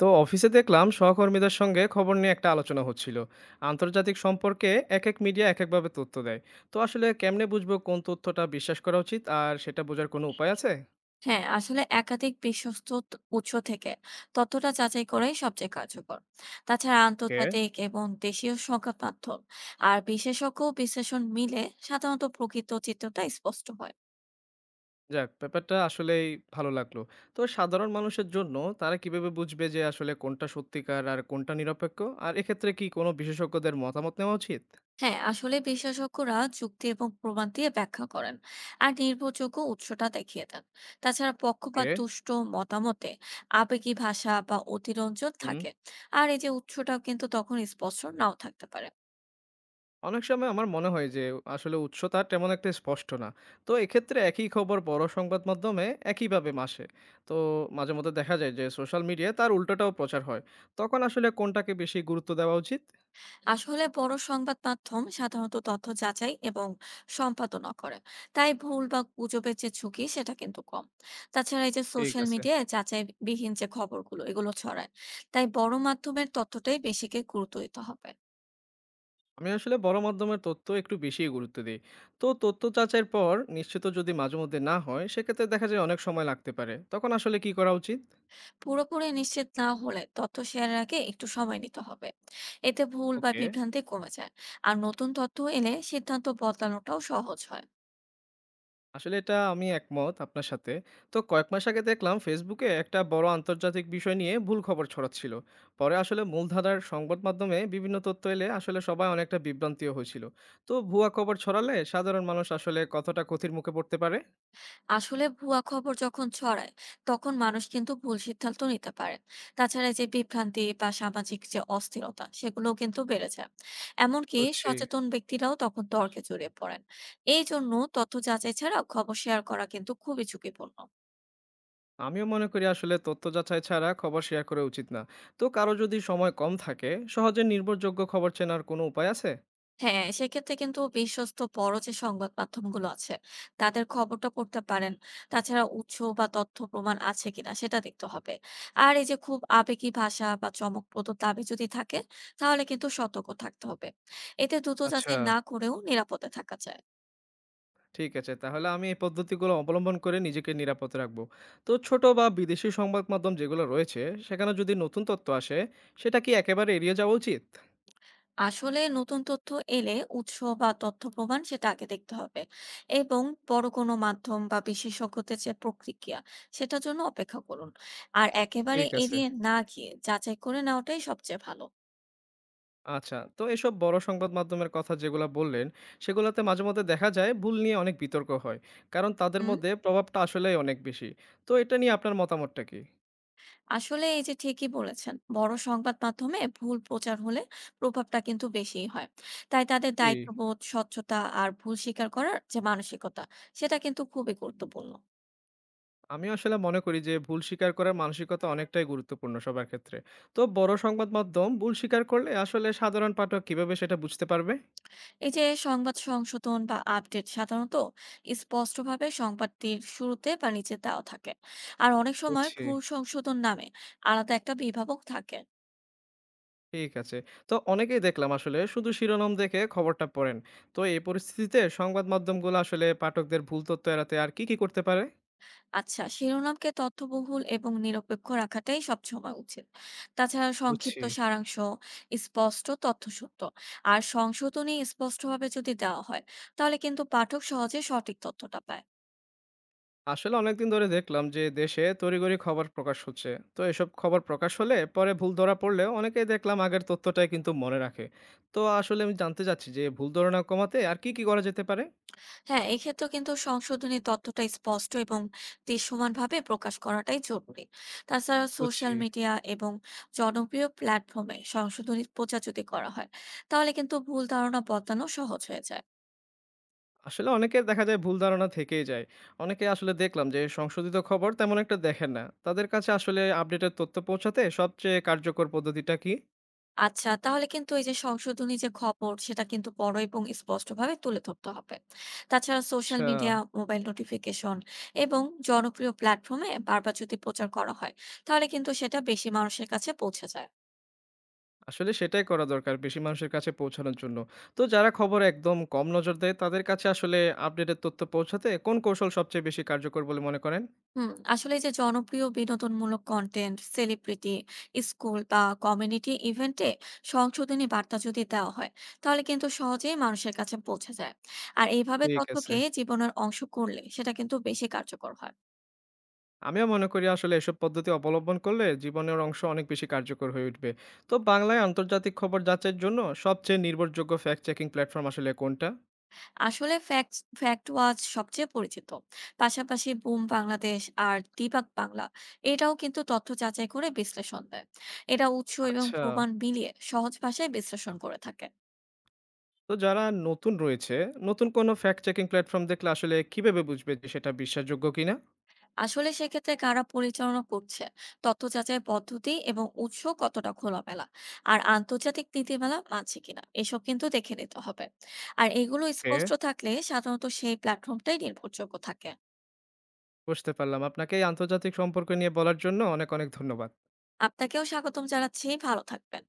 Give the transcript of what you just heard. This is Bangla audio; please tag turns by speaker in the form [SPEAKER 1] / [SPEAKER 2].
[SPEAKER 1] তো অফিসে দেখলাম সহকর্মীদের সঙ্গে খবর নিয়ে একটা আলোচনা হচ্ছিল আন্তর্জাতিক সম্পর্কে। এক এক মিডিয়া এক একভাবে তথ্য দেয়। তো আসলে কেমনে বুঝবো কোন তথ্যটা বিশ্বাস করা উচিত, আর সেটা বোঝার কোনো উপায় আছে?
[SPEAKER 2] হ্যাঁ, আসলে একাধিক বিশ্বস্ত উৎস থেকে তথ্যটা যাচাই করাই সবচেয়ে কার্যকর। তাছাড়া
[SPEAKER 1] কে।
[SPEAKER 2] আন্তর্জাতিক এবং দেশীয় সংবাদ মাধ্যম আর বিশেষজ্ঞ বিশ্লেষণ মিলে সাধারণত প্রকৃত চিত্রটা স্পষ্ট হয়।
[SPEAKER 1] যাক, ব্যাপারটা আসলেই ভালো লাগলো। তো সাধারণ মানুষের জন্য তারা কিভাবে বুঝবে যে আসলে কোনটা সত্যিকার আর কোনটা নিরপেক্ষ? আর এক্ষেত্রে কি কোনো বিশেষজ্ঞদের মতামত নেওয়া উচিত?
[SPEAKER 2] হ্যাঁ, আসলে বিশেষজ্ঞরা যুক্তি এবং প্রমাণ দিয়ে ব্যাখ্যা করেন, আর নির্ভরযোগ্য উৎসটা দেখিয়ে দেন। তাছাড়া
[SPEAKER 1] কে।
[SPEAKER 2] পক্ষপাত দুষ্ট মতামতে আবেগী ভাষা বা অতিরঞ্জন
[SPEAKER 1] হুম।
[SPEAKER 2] থাকে। আর এই যে উৎসটাও কিন্তু তখন স্পষ্ট নাও থাকতে পারে।
[SPEAKER 1] অনেক সময় আমার মনে হয় যে আসলে উৎসটা তেমন একটা স্পষ্ট না। তো এক্ষেত্রে একই খবর বড় সংবাদ মাধ্যমে একইভাবে মাসে। তো মাঝে মধ্যে দেখা যায় যে সোশ্যাল মিডিয়ায় তার উল্টোটাও প্রচার হয়। তখন আসলে কোনটাকে বেশি গুরুত্ব দেওয়া উচিত?
[SPEAKER 2] আসলে বড় সংবাদ মাধ্যম সাধারণত তথ্য যাচাই এবং সম্পাদনা করে, তাই ভুল বা গুজবের যে ঝুঁকি সেটা কিন্তু কম। তাছাড়া এই যে
[SPEAKER 1] ঠিক
[SPEAKER 2] সোশ্যাল
[SPEAKER 1] আছে।
[SPEAKER 2] মিডিয়ায় যাচাই বিহীন যে খবরগুলো এগুলো ছড়ায়, তাই বড় মাধ্যমের তথ্যটাই বেশিকে গুরুত্ব দিতে হবে।
[SPEAKER 1] আমি আসলে বড় মাধ্যমের তথ্য একটু বেশি গুরুত্ব দিই। তো তথ্য যাচাইয়ের পর নিশ্চিত যদি মাঝে মধ্যে না হয়, সেক্ষেত্রে দেখা যায় অনেক সময় লাগতে পারে, তখন আসলে কি করা উচিত?
[SPEAKER 2] পুরোপুরি নিশ্চিত না হলে তথ্য শেয়ারের আগে একটু সময় নিতে হবে, এতে ভুল বা
[SPEAKER 1] ওকে।
[SPEAKER 2] বিভ্রান্তি কমে যায়। আর নতুন তথ্য এলে সিদ্ধান্ত বদলানোটাও সহজ হয়।
[SPEAKER 1] আসলে এটা আমি একমত আপনার সাথে। তো কয়েক মাস আগে দেখলাম ফেসবুকে একটা বড় আন্তর্জাতিক বিষয় নিয়ে ভুল খবর ছড়াচ্ছিল। পরে আসলে মূলধারার সংবাদ মাধ্যমে বিভিন্ন তথ্য এলে আসলে সবাই অনেকটা বিভ্রান্তিও হয়েছিল। তো ভুয়া খবর ছড়ালে সাধারণ মানুষ আসলে কতটা ক্ষতির মুখে পড়তে পারে?
[SPEAKER 2] আসলে ভুয়া খবর যখন ছড়ায়, তখন মানুষ কিন্তু ভুল সিদ্ধান্ত নিতে পারে। তাছাড়া এই যে বিভ্রান্তি বা সামাজিক যে অস্থিরতা সেগুলো কিন্তু বেড়ে যায়। এমনকি
[SPEAKER 1] বুঝছি।
[SPEAKER 2] সচেতন ব্যক্তিরাও তখন তর্কে জড়িয়ে পড়েন। এই জন্য তথ্য যাচাই ছাড়া খবর শেয়ার করা কিন্তু খুবই ঝুঁকিপূর্ণ।
[SPEAKER 1] আমিও মনে করি আসলে তথ্য যাচাই ছাড়া খবর শেয়ার করা উচিত না। তো কারো যদি সময় কম থাকে, সহজে নির্ভরযোগ্য খবর চেনার কোনো উপায় আছে?
[SPEAKER 2] হ্যাঁ, সেক্ষেত্রে কিন্তু বিশ্বস্ত বড় যে সংবাদ মাধ্যমগুলো আছে, তাদের খবরটা পড়তে পারেন। তাছাড়া উৎস বা তথ্য প্রমাণ আছে কিনা সেটা দেখতে হবে। আর এই যে খুব আবেগী ভাষা বা চমকপ্রদ দাবি যদি থাকে, তাহলে কিন্তু সতর্ক থাকতে হবে। এতে দ্রুত
[SPEAKER 1] আচ্ছা,
[SPEAKER 2] যাচাই না করেও নিরাপদে থাকা যায়।
[SPEAKER 1] ঠিক আছে। তাহলে আমি এই পদ্ধতিগুলো অবলম্বন করে নিজেকে নিরাপদ রাখবো। তো ছোট বা বিদেশি সংবাদ মাধ্যম যেগুলো রয়েছে, সেখানে যদি নতুন তথ্য আসে, সেটা কি একেবারে এড়িয়ে যাওয়া উচিত?
[SPEAKER 2] আসলে নতুন তথ্য এলে উৎস বা তথ্য প্রমাণ সেটা আগে দেখতে হবে, এবং বড় কোনো মাধ্যম বা বিশেষজ্ঞদের যে প্রতিক্রিয়া সেটার জন্য অপেক্ষা করুন। আর একেবারে
[SPEAKER 1] ঠিক আছে।
[SPEAKER 2] এড়িয়ে না গিয়ে যাচাই করে নেওয়াটাই সবচেয়ে ভালো।
[SPEAKER 1] আচ্ছা। তো এসব বড় সংবাদ মাধ্যমের কথা যেগুলা বললেন, সেগুলাতে মাঝে মধ্যে দেখা যায় ভুল নিয়ে অনেক বিতর্ক হয়। কারণ তাদের
[SPEAKER 2] হুম,
[SPEAKER 1] মধ্যে প্রভাবটা আসলেই অনেক বেশি। তো এটা নিয়ে আপনার মতামতটা কি?
[SPEAKER 2] আসলে এই যে ঠিকই বলেছেন, বড় সংবাদ মাধ্যমে ভুল প্রচার হলে প্রভাবটা কিন্তু বেশিই হয়। তাই তাদের
[SPEAKER 1] জি।
[SPEAKER 2] দায়িত্ববোধ, স্বচ্ছতা আর ভুল স্বীকার করার যে মানসিকতা, সেটা কিন্তু খুবই গুরুত্বপূর্ণ।
[SPEAKER 1] আমি আসলে মনে করি যে ভুল স্বীকার করার মানসিকতা অনেকটাই গুরুত্বপূর্ণ সবার ক্ষেত্রে। তো বড় সংবাদ মাধ্যম ভুল স্বীকার করলে আসলে সাধারণ পাঠক কিভাবে সেটা বুঝতে পারবে?
[SPEAKER 2] এই যে সংবাদ সংশোধন বা আপডেট সাধারণত স্পষ্টভাবে সংবাদটির শুরুতে বা নিচে দেওয়া থাকে, আর অনেক সময়
[SPEAKER 1] বুঝছি।
[SPEAKER 2] ভুল সংশোধন নামে আলাদা একটা বিভাবক থাকে।
[SPEAKER 1] ঠিক আছে। তো অনেকেই দেখলাম আসলে শুধু শিরোনাম দেখে খবরটা পড়েন। তো এই পরিস্থিতিতে সংবাদ মাধ্যমগুলো আসলে পাঠকদের ভুল তথ্য এড়াতে আর কি, কি করতে পারে?
[SPEAKER 2] আচ্ছা, শিরোনামকে তথ্যবহুল এবং নিরপেক্ষ রাখাটাই সবসময় উচিত। তাছাড়া
[SPEAKER 1] বুঝছি।
[SPEAKER 2] সংক্ষিপ্ত সারাংশ, স্পষ্ট তথ্যসূত্র আর সংশোধনী স্পষ্টভাবে যদি দেওয়া হয়, তাহলে কিন্তু পাঠক সহজে সঠিক তথ্যটা পায়।
[SPEAKER 1] আসলে অনেকদিন ধরে দেখলাম যে দেশে তড়িঘড়ি খবর প্রকাশ হচ্ছে। তো এসব খবর প্রকাশ হলে পরে ভুল ধরা পড়লেও অনেকেই দেখলাম আগের তথ্যটাই কিন্তু মনে রাখে। তো আসলে আমি জানতে চাচ্ছি যে ভুল ধারণা কমাতে আর কি কি করা যেতে পারে?
[SPEAKER 2] হ্যাঁ, এক্ষেত্রে কিন্তু সংশোধনী তথ্যটা স্পষ্ট এবং দৃশ্যমানভাবে প্রকাশ করাটাই জরুরি। তাছাড়া
[SPEAKER 1] বুঝছি।
[SPEAKER 2] সোশ্যাল মিডিয়া এবং জনপ্রিয় প্ল্যাটফর্মে সংশোধনী প্রচার যদি করা হয়, তাহলে কিন্তু ভুল ধারণা বদলানো সহজ হয়ে যায়।
[SPEAKER 1] আসলে অনেকের দেখা যায় ভুল ধারণা থেকেই যায়। অনেকে আসলে দেখলাম যে সংশোধিত খবর তেমন একটা দেখেন না, তাদের কাছে আসলে আপডেটের তথ্য পৌঁছাতে সবচেয়ে কার্যকর পদ্ধতিটা কি?
[SPEAKER 2] আচ্ছা, তাহলে কিন্তু এই যে সংশোধনী যে খবর, সেটা কিন্তু বড় এবং স্পষ্টভাবে তুলে ধরতে হবে। তাছাড়া সোশ্যাল
[SPEAKER 1] আচ্ছা।
[SPEAKER 2] মিডিয়া, মোবাইল নোটিফিকেশন এবং জনপ্রিয় প্ল্যাটফর্মে বারবার যদি প্রচার করা হয়, তাহলে কিন্তু সেটা বেশি মানুষের কাছে পৌঁছে যায়।
[SPEAKER 1] আসলে সেটাই করা দরকার বেশি মানুষের কাছে পৌঁছানোর জন্য। তো যারা খবর একদম কম নজর দেয়, তাদের কাছে আসলে আপডেটের তথ্য পৌঁছাতে কোন কৌশল সবচেয়ে বেশি কার্যকর বলে মনে করেন?
[SPEAKER 2] হুম, আসলে এই যে জনপ্রিয় বিনোদনমূলক কন্টেন্ট, সেলিব্রিটি, স্কুল বা কমিউনিটি ইভেন্টে সংশোধনী বার্তা যদি দেওয়া হয়, তাহলে কিন্তু সহজেই মানুষের কাছে পৌঁছে যায়। আর এইভাবে
[SPEAKER 1] ঠিক আছে।
[SPEAKER 2] তথ্যকে জীবনের অংশ করলে সেটা কিন্তু বেশি কার্যকর হয়।
[SPEAKER 1] আমিও মনে করি আসলে এসব পদ্ধতি অবলম্বন করলে জীবনের অংশ অনেক বেশি কার্যকর হয়ে উঠবে। তো বাংলায় আন্তর্জাতিক খবর যাচাইয়ের জন্য সবচেয়ে নির্ভরযোগ্য ফ্যাক্ট চেকিং প্ল্যাটফর্ম আসলে কোনটা?
[SPEAKER 2] আসলে ফ্যাক্ট ফ্যাক্ট ওয়াচ সবচেয়ে পরিচিত, পাশাপাশি বুম বাংলাদেশ আর দিবাক বাংলা, এটাও কিন্তু তথ্য যাচাই করে বিশ্লেষণ দেয়। এটা উৎস এবং
[SPEAKER 1] আচ্ছা।
[SPEAKER 2] প্রমাণ মিলিয়ে সহজ ভাষায় বিশ্লেষণ করে থাকে।
[SPEAKER 1] তো যারা নতুন রয়েছে, নতুন কোনো ফ্যাক্ট চেকিং প্ল্যাটফর্ম দেখলে আসলে কিভাবে বুঝবে যে সেটা বিশ্বাসযোগ্য কিনা?
[SPEAKER 2] আসলে সেক্ষেত্রে কারা পরিচালনা করছে, তথ্য যাচাই পদ্ধতি এবং উৎস কতটা খোলামেলা, আর আন্তর্জাতিক নীতিমালা মানছে কিনা, এসব কিন্তু দেখে নিতে হবে। আর এগুলো
[SPEAKER 1] ওকে।
[SPEAKER 2] স্পষ্ট থাকলে সাধারণত সেই প্ল্যাটফর্মটাই নির্ভরযোগ্য থাকে।
[SPEAKER 1] বুঝতে পারলাম। আপনাকে এই আন্তর্জাতিক সম্পর্ক নিয়ে বলার জন্য অনেক, অনেক ধন্যবাদ।
[SPEAKER 2] আপনাকেও স্বাগতম জানাচ্ছি, ভালো থাকবেন।